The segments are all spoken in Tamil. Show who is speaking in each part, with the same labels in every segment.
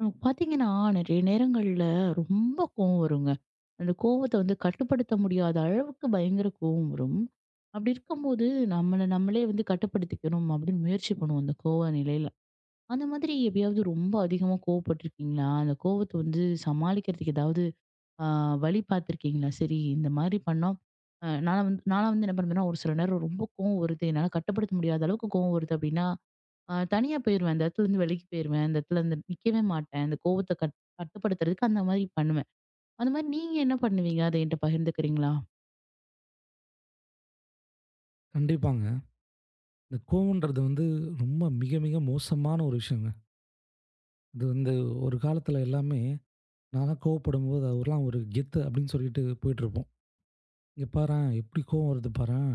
Speaker 1: பாத்தீங்கன்னா, நெறைய நேரங்கள்ல ரொம்ப கோவம் வருங்க. அந்த கோவத்த வந்து கட்டுப்படுத்த முடியாத அளவுக்கு பயங்கர கோவம் வரும். அப்படி இருக்கும்போது, நம்மள நம்மளே வந்து கட்டுப்படுத்திக்கணும் அப்படின்னு முயற்சி பண்ணுவோம், அந்த கோவ நிலையில. அந்த மாதிரி எப்பயாவது ரொம்ப அதிகமா கோவப்பட்டுருக்கீங்களா? அந்த கோவத்த வந்து சமாளிக்கிறதுக்கு ஏதாவது அ வழி பாத்துருக்கீங்களா? சரி, இந்த மாதிரி பண்ணா நான்லாம் வந்து என்ன பண்ணுவேன்னா, ஒரு சில நேரம் ரொம்ப கோவம் வருது, என்னால கட்டுப்படுத்த முடியாத அளவுக்கு கோவம் வருது அப்படின்னா, தனியா போயிருவேன். அந்த இடத்துலருந்து விலகி போயிருவேன். அந்த இடத்துலருந்து நிக்கவே மாட்டேன். அந்த கோவத்த கட் கட்டுப்படுத்துறதுக்கு அந்த மாரி பண்ணுவேன். அந்த மாரி நீங்க என்ன பண்ணுவீங்க? அத என்ட்ட பகிர்ந்துக்கிறீங்களா?
Speaker 2: கண்டிப்பாங்க. இந்த கோவம்ன்றது ரொம்ப மிக, மிக மோசமான ஒரு விஷயங்க. இது வந்து ஒரு காலத்துல எல்லாமே நான்லாம் கோவப்படும்போது அவர்லாம் ஒரு கெத்து அப்படின்னு சொல்லிட்டு போயிட்டுருப்போம். "இங்க பாரேன், எப்படி கோவம் வருது பாரேன்,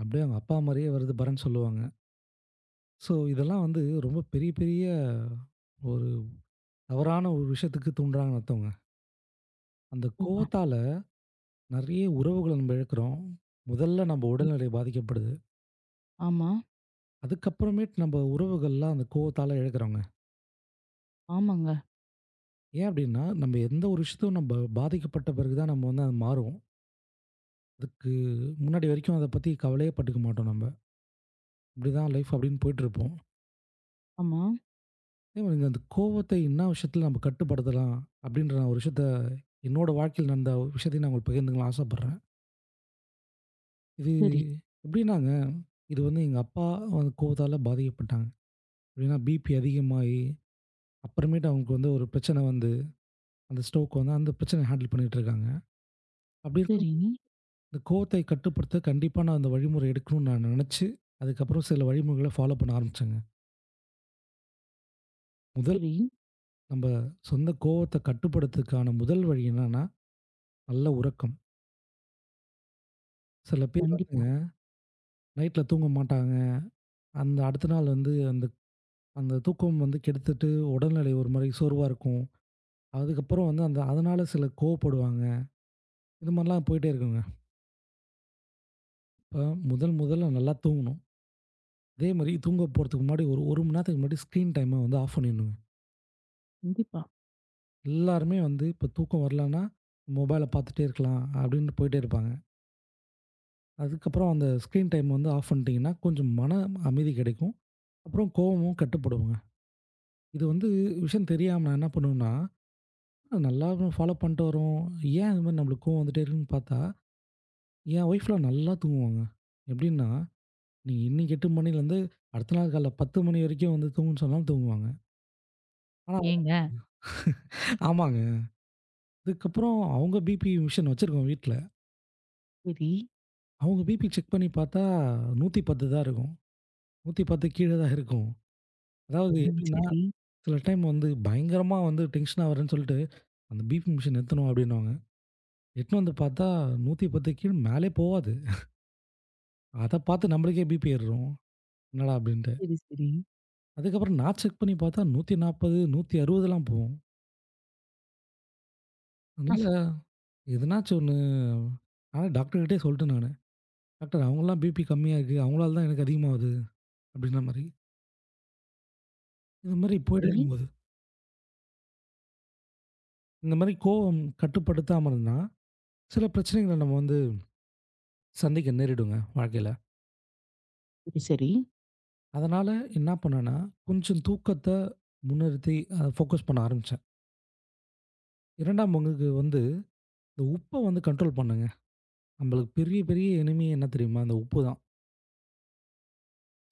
Speaker 2: அப்படியே அவங்க அப்பா மாரியே வருது பாரேன்னு" சொல்லுவாங்க. ஸோ இதெல்லாம் ரொம்ப பெரிய, பெரிய ஒரு தவறான ஒரு விஷயத்துக்கு தூண்டுறாங்கன்னு அர்த்தங்க. அந்த
Speaker 1: கண்டிப்பா.
Speaker 2: கோவத்தால நெறைய உறவுகள நம்ம இழக்கிறோம். முதல்ல நம்ம
Speaker 1: ம்.
Speaker 2: உடல்நிலை பாதிக்கப்படுது.
Speaker 1: ஆமா.
Speaker 2: அதுக்கப்புறமேட்டு நம்ம உறவுகள்லாம் அந்த கோவத்தால இழக்கிறோங்க.
Speaker 1: ஆமாங்க.
Speaker 2: ஏன் அப்டின்னா, நம்ம எந்த ஒரு விஷயத்தையும் நம்ம பாதிக்கப்பட்ட பிறகு தான் நம்ம அது மாறுவோம். அதுக்கு முன்னாடி வரைக்கும் அத பத்தி கவலையே பட்டுக்க மாட்டோம் நம்ம. இப்படிதான் லைஃப் அப்படின்னு போயிட்டுருப்போம்.
Speaker 1: ஆமா.
Speaker 2: அதே மாரி அந்த கோவத்தை என்ன விஷயத்துல நம்ம கட்டுப்படுத்தலாம் அப்படின்ற நான் ஒரு விஷயத்த என்னோட வாழ்க்கையில் நடந்த விஷயத்தையும் நான் உங்களுக்கு பகிர்ந்துக்க ஆசைப்படுறேன். இது
Speaker 1: சரி,
Speaker 2: எப்படின்னாங்க, இது வந்து எங்க அப்பா கோவத்தால பாதிக்கப்பட்டாங்க. எப்படின்னா பிபி அதிகமாகி, அப்புறமேட்டு அவங்களுக்கு ஒரு பிரச்சனை அந்த ஸ்ட்ரோக் அந்த பிரச்சனைய ஹேண்டில் பண்ணிட்டு இருக்காங்க. அப்படி இருக்க
Speaker 1: சரி,
Speaker 2: இந்த கோவத்தை கட்டுப்படுத்த கண்டிப்பா நான் அந்த வழிமுறை எடுக்கணும்னு நான் நினைச்சு, அதுக்கப்புறம் சில வழிமுறைகள ஃபாலோ பண்ண ஆரம்பிச்சேங்க. முதல்
Speaker 1: சரி.
Speaker 2: நம்ப சொந்த கோவத்த கட்டுப்படுத்துறதுக்கான முதல் வழி என்னன்னா, நல்ல உறக்கம். சில பேர்
Speaker 1: கண்டிப்பா,
Speaker 2: வந்துங்க நைட்ல தூங்க மாட்டாங்க. அந்த அடுத்த நாள் வந்து அந்த அந்த தூக்கம் கெடுத்துட்டு உடல்நிலை ஒரு மாரி சோர்வா இருக்கும். அதுக்கப்புறம் வந்து அந்த அதனால சில கோவப்படுவாங்க. இது மாரிலாம் போயிட்டே இருக்குங்க. இப்ப முதல் முதல்ல நல்லா தூங்கணும். அதே மாரி தூங்க போறதுக்கு முன்னாடி ஒரு 1 மணி நேரத்துக்கு முன்னாடி ஸ்க்ரீன் டைம ஆஃப் பண்ணிடணுங்க.
Speaker 1: கண்டிப்பா.
Speaker 2: எல்லாருமே இப்போ தூக்கம் வரலன்னா, மொபைல பார்த்துட்டே இருக்கலாம் அப்படின்னு போயிட்டே இருப்பாங்க. அதுக்கப்புறம் அந்த ஸ்க்ரீன் டைம் ஆஃப் பண்ணிட்டீங்கன்னா, கொஞ்சம் மன அமைதி கிடைக்கும். அப்புறம் கோவமும் கட்டுப்படுங்க. இது வந்து விஷயம் தெரியாம நான் என்ன பண்ணுவேன்னா, நல்லா ஃபாலோ பண்ணிட்டு வரோம். ஏன் இது மாதிரி நம்மளுக்கு கோவம் வந்துட்டே இருக்குன்னு பார்த்தா, என் ஒய்ஃப்லாம் நல்லா தூங்குவாங்க. எப்படின்னா, நீங்க இன்னைக்கு 8 மணிலேருந்து அடுத்த நாள் காலைல 10 மணி வரைக்கும் தூங்குன்னு சொன்னாலும் தூங்குவாங்க. ஆனா
Speaker 1: ஏங்க?
Speaker 2: ஆமாங்க. அதுக்கப்புறம் அவங்க பிபி மிஷின் வச்சிருக்கோம் வீட்ல.
Speaker 1: சரி.
Speaker 2: அவங்க பிபி செக் பண்ணி பார்த்தா 110 தான் இருக்கும். 110 கீழ தான் இருக்கும். அதாவது
Speaker 1: ம்.
Speaker 2: எப்படின்னா,
Speaker 1: சரி.
Speaker 2: சில டைம் பயங்கரமா டென்ஷன் ஆவுறேன்னு சொல்லிட்டு, அந்த பிபி மிஷின் நிறுத்தணும் அப்படின்னுவாங்க. எட்டுன்னு பார்த்தா 110 கீழ மேலே போவாது. அத பார்த்து நம்மளுக்கே பிபி ஏறிரும். என்னடா அப்படின்ட்டு.
Speaker 1: சரி, சரி.
Speaker 2: அதுக்கப்புறம் நான் செக் பண்ணி பார்த்தா 140, 160லாம் போகும். அதனால எதனாச்சும் ஒண்ணு ஆனா டாக்டர் கிட்டயே சொல்லிட்டேன் நானு. டாக்டர் அவங்கலாம் பிபி கம்மியா இருக்கு. அவங்களால தான் எனக்கு அதிகமாகுது அப்படின்ற மாரி. இது மாரி போயிட்டே
Speaker 1: சரி.
Speaker 2: இருக்கும்போது, இந்த மாரி கோவம் கட்டுப்படுத்தாம இருந்தா, சில பிரச்சனைகள நம்ம சந்திக்க நேரிடுங்க வாழ்க்கையில.
Speaker 1: சரி, சரி.
Speaker 2: அதனால என்ன பண்ணேன்னா, கொஞ்சம் தூக்கத்த முன்னிறுத்தி ஃபோக்கஸ் பண்ண ஆரம்பிச்சேன். 2ஆம் பங்குக்கு இந்த உப்ப கண்ட்ரோல் பண்ணேங்க. நம்மளுக்கு பெரிய பெரிய எனிமி என்ன தெரியுமா? இந்த உப்பு தான்.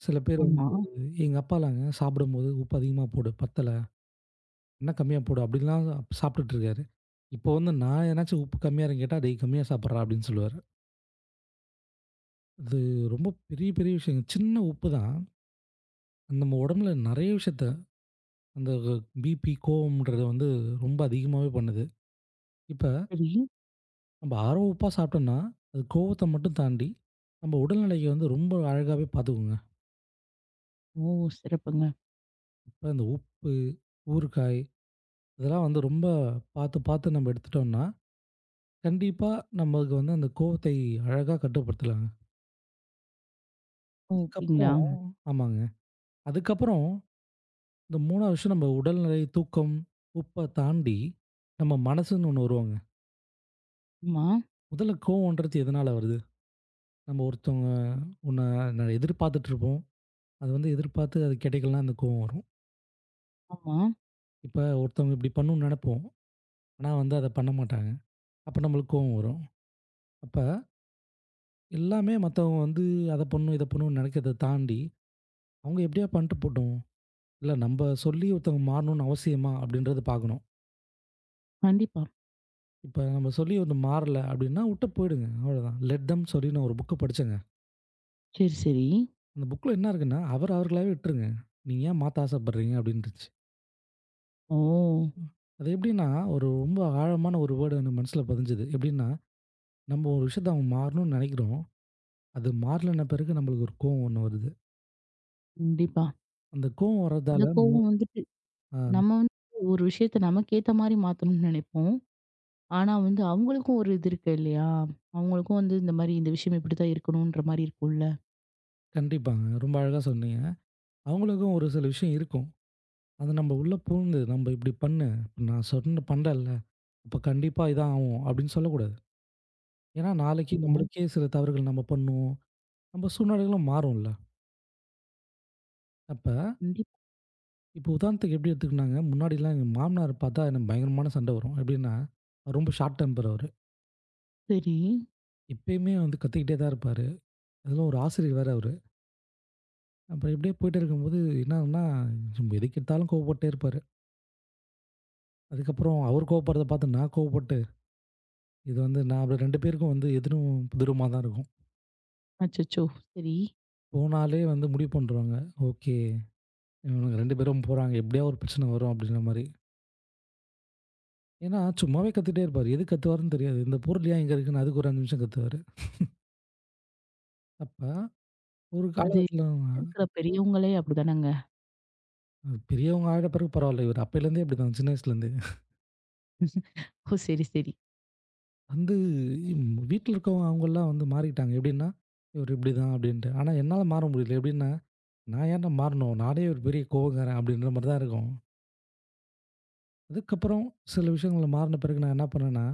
Speaker 2: சில பேர்
Speaker 1: ஆமா.
Speaker 2: எங்க அப்பாலாங்க சாப்பிடும்போது, "உப்பு அதிகமா போடு, பத்தல. இன்னும் கம்மியா போடு" அப்படிலாம் சாப்பிட்டுட்டு இருக்காரு. இப்போ நான் எதனாச்சும் உப்பு கம்மியான்னு கேட்டா, "டேய் கம்மியா சாப்பிட்றா" அப்படின்னு சொல்லுவாரு. அது ரொம்ப பெரிய பெரிய விஷயங்க. சின்ன உப்பு தான் நம்ம உடம்புல நெறைய விஷயத்த அந்த பிபி, கோவம்ன்றத ரொம்ப அதிகமாவே பண்ணுது. இப்ப
Speaker 1: சரி.
Speaker 2: நம்ம ஆர்வ உப்பா சாப்பிட்டோம்னா, அது கோவத்த மட்டும் தாண்டி, நம்ம உடல்நிலைய ரொம்ப அழகாவே பார்த்துக்குங்க.
Speaker 1: ஓ! சிறப்புங்க.
Speaker 2: இப்ப இந்த உப்பு, ஊறுகாய் இதெல்லாம் ரொம்ப பார்த்து, பார்த்து நம்ம எடுத்துட்டோம்னா, கண்டிப்பா நம்மளுக்கு அந்த கோவத்தை அழகா கட்டுப்படுத்தலாங்க.
Speaker 1: ஓ! அப்டிங்களா?
Speaker 2: அதுக்கப்புறம் ஆமாங்க. அதுக்கப்புறம் இந்த 3வது விஷயம் நம்ம உடல்நிலை, தூக்கம், உப்ப தாண்டி நம்ம மனசுன்னு ஒண்ணு வருவாங்க.
Speaker 1: ஆமா,
Speaker 2: முதல்ல கோவம்ன்றது எதனால வருது? நம்ம ஒருத்தவங்க ஒண்ண எதிர்பார்த்துட்டு இருப்போம். அது எதிர்பார்த்து அது கிடைக்கலனா அந்த கோவம் வரும்.
Speaker 1: ஆமா.
Speaker 2: இப்ப ஒருத்தவங்க இப்படி பண்ணணும்னு நெனைப்போம். ஆனா அத பண்ண மாட்டாங்க. அப்ப நம்மளுக்கு கோவம் வரும். அப்ப எல்லாமே மத்தவங்க அத பண்ணணும், இத பண்ணணும்னு நெனைக்கிறத தாண்டி, அவங்க எப்படியா பண்ணிட்டு போட்டும். இல்ல நம்ப சொல்லி ஒருத்தவங்க மாறணும்னு அவசியமா? அப்படின்றத பார்க்கணும்.
Speaker 1: கண்டிப்பா.
Speaker 2: இப்ப நம்ம சொல்லி ஒண்ணு மாறல அப்படின்னா உட்டு போயிடுங்க. அவ்வளோதான். லெட் தெம் சொல்லி நான் ஒரு புக்க படிச்சேங்க.
Speaker 1: சரி, சரி.
Speaker 2: அந்த புக்ல என்ன இருக்குன்னா, அவர் அவர்களாவே விட்டுருங்க. நீங்க ஏன் மாத்த ஆசைப்படுறீங்க? அப்படின்னு இருந்துச்சு.
Speaker 1: ஓ!
Speaker 2: அது எப்படின்னா, ஒரு ரொம்ப ஆழமான ஒரு வேர்டு எனக்கு மனசுல பதிஞ்சுது. எப்படின்னா, நம்ம ஒரு விஷயத்த அவங்க மாறணும்னு நெனைக்கிறோம். அது மாறலன்ன பிறகு நம்மளுக்கு ஒரு கோவம் ஒண்ணு வருது.
Speaker 1: கண்டிப்பா.
Speaker 2: அந்த கோவம்
Speaker 1: இந்த
Speaker 2: வரதால மு
Speaker 1: கோவம் வந்து
Speaker 2: ஆ
Speaker 1: நம்ம வந்து ஒரு விஷயத்த நமக்கு ஏத்த மாரி மாத்தணும்னு நினைப்போம். ஆனா வந்து அவங்களுக்கும் ஒரு இது இருக்கு இல்லையா? அவங்களுக்கும் வந்து இந்த மாரி இந்த விஷயம் இப்படித்தான் இருக்கணும்ன்ற மாரி இருக்கும்ல.
Speaker 2: கண்டிப்பாங்க. ரொம்ப அழகா சொன்னீங்க. அவங்களுக்கும் ஒரு சில விஷயம் இருக்கும். அத நம்ம உள்ள பூந்து, "நம்ப இப்படி பண்ணு. இப்ப நான் சொன்ன பண்றேன்ல, அப்ப கண்டிப்பா இதான் ஆவும்." அப்படின்னு சொல்லக்கூடாது. ஏன்னா, நாளைக்கு
Speaker 1: ஆமா.
Speaker 2: நம்மளுக்கே சில தவறுகள் நம்ம பண்ணுவோம். நம்ம சூழ்நிலைகளும் மாறும்ல. அப்ப
Speaker 1: கண்டிப்பா.
Speaker 2: இப்போ உதாரணத்துக்கு எப்படி எடுத்துக்கினாங்க, முன்னாடிலாம் எங்க மாமனார் பார்த்தா எனக்கு பயங்கரமான சண்டை வரும். எப்படின்னா, அவர் ரொம்ப ஷார்ட் டெம்பர் அவரு.
Speaker 1: சரி.
Speaker 2: எப்பயுமே கத்திக்கிட்டே தான் இருப்பாரு. அதிலும் ஒரு ஆசிரியர் வேற அவரு. அப்புறம் இப்படியே போயிட்டே இருக்கும்போது என்ன ஆகும்னா, சும்மா எதுக்கு எடுத்தாலும் கோவப்பட்டே இருப்பாரு. அதுக்கப்புறம் அவர் கோவப்படுறத பார்த்து நான் கோவப்பட்டு, இது வந்து நான் அப்படி 2 பேருக்கும் எதிரும் புதிருமா தான் இருக்கும்.
Speaker 1: அச்சச்சோ! சரி.
Speaker 2: போனாலே முடிவு பண்ருவாங்க. ஓகே, இவனுங்க 2 பேரும் போறாங்க. எப்படியா ஒரு பிரச்சனை வரும் அப்படின்ற மாரி. ஏன்னா சும்மாவே கத்திட்டே இருப்பாரு. எதுக்கு கத்துவாருன்னு தெரியாது. இந்த பொருள் ஏன் இங்க இருக்குன்னு அதுக்கு ஒரு 5 நிமிஷம் கத்துவாரு. அப்ப ஒரு
Speaker 1: அது
Speaker 2: காலகட்டத்தில
Speaker 1: இருக்கிற பெரியவங்களே அப்படிதானங்க.
Speaker 2: பெரியவங்க ஆயிட்ட பிறகு பரவாயில்ல. இவரு அப்பையிலேருந்தே இப்படிதான் சின்ன வயசுலேருந்தே.
Speaker 1: ஓ! சரி, சரி.
Speaker 2: வந்து வீட்ல இருக்கவங்க அவங்கலாம் மாறிட்டாங்க. எப்படின்னா, இவரு இப்படிதான் அப்படின்ட்டு. ஆனா, என்னால மாற முடியல. எப்படின்னா, நான் ஏன்டா மாறணும்? நானே ஒரு பெரிய கோவக்காரன் அப்படின்ற மாரி தான் இருக்கும். அதுக்கப்புறம் சில விஷயங்கள்ல மாறின பிறகு நான் என்ன பண்ணேன்னா,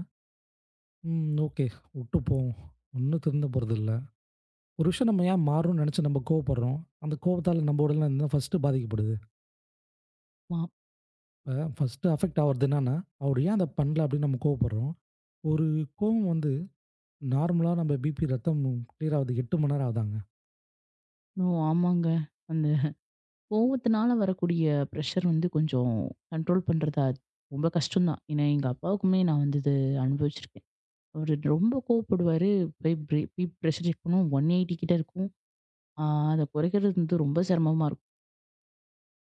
Speaker 2: ஓகே, விட்டு போவோம். ஒண்ணும் திருந்த போறதில்ல. ஒரு விஷயம் நம்ம ஏன் மாறணும்னு நெனச்சு நம்ம கோவப்படுறோம்? அந்த கோவத்தால நம்ம உடல்நலம் என்ன ஃபர்ஸ்ட்டு பாதிக்கப்படுது.
Speaker 1: ஆமா.
Speaker 2: இப்ப ஃபர்ஸ்ட்டு அஃபெக்ட் ஆவுறது என்னன்னா, அவரு ஏன் அத பண்ணல அப்படின்னு நம்ம கோவப்படுறோம். ஒரு கோவம் நார்மலா நம்ம பிபி ரத்தம் கிளியர் ஆவதுக்கு 8 மணி நேரம் ஆகுதாங்க.
Speaker 1: ஓ! ஆமாங்க. அந்த கோவத்தினால வரக்கூடிய ப்ரெஷர் வந்து கொஞ்சம் கண்ட்ரோல் பண்றதா ரொம்ப கஷ்டம் தான். ஏன்னா எங்க அப்பாவுக்குமே நான் வந்து இது அனுபவிச்சிருக்கேன். அவரு ரொம்ப கோவப்படுவாரு. போய் பி பி பிரஷர் செக் பண்ணுவோம். 180 கிட்ட இருக்கும். ஆ, அத குறைக்கிறது வந்து ரொம்ப சிரமமா இருக்கும்.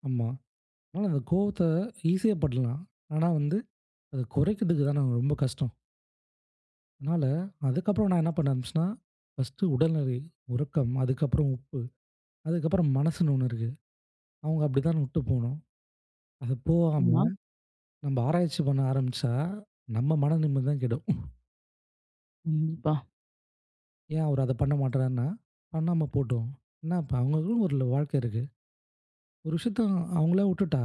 Speaker 2: ஆமா. ஆனா, அந்த கோவத்த ஈஸியா படலாம். ஆனா அத குறைக்கிறதுக்கு தான ரொம்ப கஷ்டம். அதனால, அதுக்கப்புறம் நான் என்ன பண்ண ஆரம்பிச்சேன்னா, ஃபர்ஸ்ட்டு உடல்நிலை, உறக்கம், அதுக்கப்புறம் உப்பு, அதுக்கப்புறம் மனசுன்னு ஒண்ணு இருக்கு. அவங்க அப்படித்தான் விட்டு போணும். அது போகாம
Speaker 1: ஆமா.
Speaker 2: நம்ம ஆராய்ச்சி பண்ண ஆரம்பிச்சா, நம்ம மன நிம்மதி தான் கெடும்.
Speaker 1: கண்டிப்பா.
Speaker 2: ஏன் அவரு அத பண்ண மாட்றாருன்னா, பண்ணாம போட்டும். என்ன இப்ப அவங்களுக்கும் ஒரு வாழ்க்கை இருக்கு. ஒரு விஷயத்த அவங்களா விட்டுட்டா,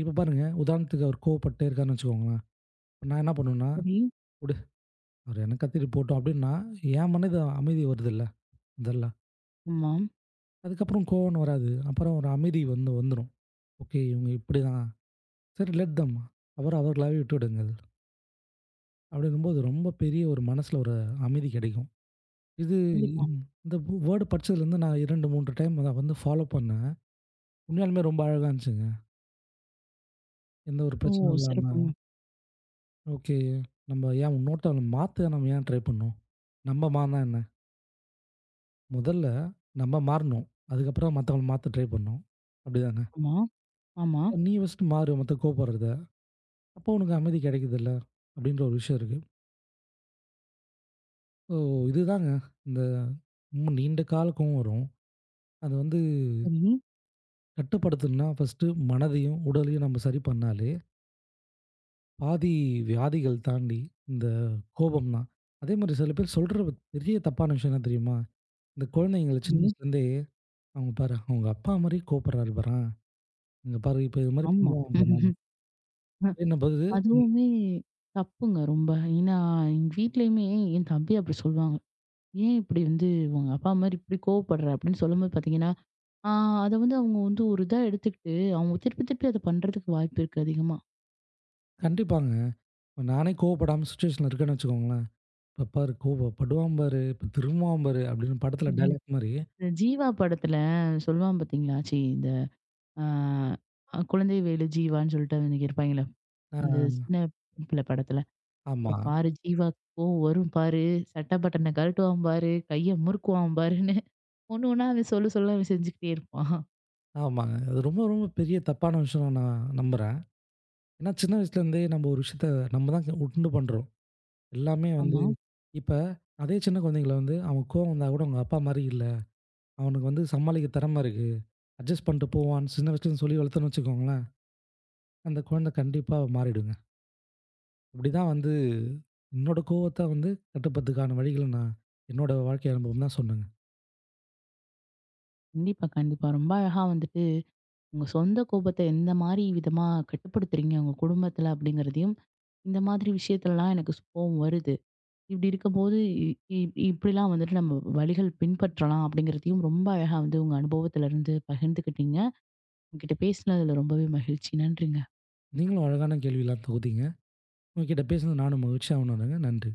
Speaker 2: இப்ப பாருங்க, உதாரணத்துக்கு அவர் கோவப்பட்டே இருக்காருன்னு வச்சுக்கோங்களேன். இப்ப நான் என்ன பண்ணுவேன்னா
Speaker 1: சரி.
Speaker 2: அவரு என்ன கத்திட்டு போட்டோம் அப்படின்னா, என் மனது அமைதி வருதுல்ல, இதெல்லாம்.
Speaker 1: ஆமா.
Speaker 2: அதுக்கப்புறம் கோவம்ன்னு வராது. அப்புறம் ஒரு அமைதி வந்துரும். ஓகே, இவங்க இப்படிதான். சரி லெட் தெம். அவர அவர்களாவே விட்டு விடுங்கள். அப்படின்னும்போது ரொம்ப பெரிய ஒரு மனசுல ஒரு அமைதி கிடைக்கும். இது
Speaker 1: கண்டிப்பா.
Speaker 2: இந்த வேர்ட் படிச்சதுலேருந்து நான் 2, 3 டைம் அத ஃபாலோ பண்ணேன். உண்மையாலுமே ரொம்ப அழகா இருந்துச்சுங்க. எந்த ஒரு
Speaker 1: ஓ!
Speaker 2: பிரச்சனையும் இல்லாம,
Speaker 1: சிறப்புங்க.
Speaker 2: ஓகே, நம்ம ஏன் இன்னொருத்த மாத்த நம்ம ஏன் ட்ரை பண்ணணும்? நம்ம மாறுனா என்ன? முதல்ல நம்ம மாறணும். அதுக்கப்புறம் மத்தவங்கள மாத்த ட்ரை பண்ணணும். அப்படிதானே?
Speaker 1: ஆமா. ஆமா.
Speaker 2: நீ ஃபர்ஸ்ட்டு மாறு மத்த கோவப்படுறத. அப்போ உனக்கு அமைதி கிடைக்குதுல்ல, அப்படின்ற ஒரு விஷயம் இருக்கு. ஸோ இதுதாங்க இந்த ரொம்ப நீண்ட கால கோவம் வரும். அது
Speaker 1: சரி,
Speaker 2: கட்டுப்படுத்தணும்னா ஃபர்ஸ்ட்டு மனதையும், உடலையும் நம்ம சரி பண்ணாலே பாதி வியாதிகள் தாண்டி இந்த கோபம் தான். அதேமாரி சில பேர் சொல்ற பெரிய தப்பான விஷயம் என்ன தெரியுமா? இந்த குழந்தைங்கள சின்ன
Speaker 1: சரி.
Speaker 2: வயசுலேருந்தே அவங்க பாரு அவங்க அப்பா மாரி கோவப்படுறாரு பாரேன். இங்க பாரு இப்ப இது மாரி
Speaker 1: ஆமா.
Speaker 2: பண்ணுவான் பாரேன். அப்படின்னும்போது ம்
Speaker 1: அதுவுமே தப்புங்க ரொம்ப. ஏன்னா, எங்க வீட்லயுமே என் தம்பி அப்படி சொல்லுவாங்க. "ஏன் இப்படி வந்து உங்க அப்பா மாரி இப்படி கோவப்படுற?" அப்படின்னு சொல்லும்போது பார்த்தீங்கன்னா, ஆ, அத வந்து அவங்க வந்து ஒரு இதா எடுத்துக்கிட்டு, அவங்க திருப்பி திருப்பி அத பண்றதுக்கு வாய்ப்பு இருக்கு அதிகமா.
Speaker 2: கண்டிப்பாங்க. நானே கோவப்படாம சுச்சுவேஷன்ல இருக்கேன்னு வச்சுக்கோங்களேன். இப்ப பாரு கோபம் படுவான் பாரு, இப்ப திரும்புவான் பாரு அப்படின்னு படத்துல
Speaker 1: ம்.
Speaker 2: டயலாக் மாரி.
Speaker 1: இந்த ஜீவா படத்துல சொல்லுவான் பார்த்தீங்களா? ச்சீ! ஆ, குழந்தை வேலு ஜீவான்னு சொல்லிட்டு அன்னைக்கு இருப்பாங்களே,
Speaker 2: ஆ
Speaker 1: அந்த சின்ன பிள்ளை படத்துல.
Speaker 2: ஆமா,
Speaker 1: "இப்ப பாரு ஜீவா கோவம் வரும் பாரு, சட்ட பட்டன கழட்டுவான் பாரு, கைய முறுக்குவான் பாருன்னு" ஒண்ணு ஒண்ணா அவன் சொல்ல சொல்ல அவன் செஞ்சுக்கிட்டே இருப்பான்.
Speaker 2: ஆமாங்க. அது ரொம்ப ரொம்ப பெரிய தப்பான விஷயம் நான் நம்புறேன். ஏன்னா சின்ன வயசுலேருந்தே நம்ம ஒரு விஷயத்த நம்ம தான் உண்டு பண்றோம். எல்லாமே
Speaker 1: ஆமா.
Speaker 2: இப்ப அதே சின்ன குழந்தைங்கள அவன் கோவம் வந்தா கூட அவங்க அப்பா மாரி இல்ல. அவனுக்கு சமாளிக்க திறமை இருக்கு. அட்ஜஸ்ட் பண்ணிட்டு போவான்னு சின்ன வயசுலேருந்து சொல்லி வளர்த்தோம்னு வச்சுக்கோங்களேன், அந்த குழந்தை கண்டிப்பா மாறிடுங்க. இப்படிதான் என்னோட கோவத்த கட்டுப்படுத்துக்கான வழிகள நான் என்னோட வாழ்க்கை அனுபவம் தான் சொன்னேங்க.
Speaker 1: கண்டிப்பா, கண்டிப்பா. ரொம்ப அழகா வந்துட்டு உங்க சொந்த கோபத்த எந்த மாரி விதமா கட்டுப்படுத்துறீங்க உங்க குடும்பத்துல அப்படிங்கிறதையும், இந்த மாதிரி விஷயத்துலலாம் எனக்கு கோவம் வருது. இப்படி இருக்கும்போது இ இ இப்படிலாம் வந்துட்டு நம்ம வழிகள் பின்பற்றலாம் அப்படிங்கிறதையும் ரொம்ப அழகா வந்து உங்க அனுபவத்துல இருந்து பகிர்ந்துக்கிட்டீங்க. உங்ககிட்ட பேசினதுல ரொம்பவே மகிழ்ச்சி. நன்றிங்க.
Speaker 2: நீங்களும் அழகான கேள்விலாம் தொகுத்தீங்க. உங்ககிட்ட பேசுனது நானும் மகிழ்ச்சியா உணர்றேங்க. நன்றி.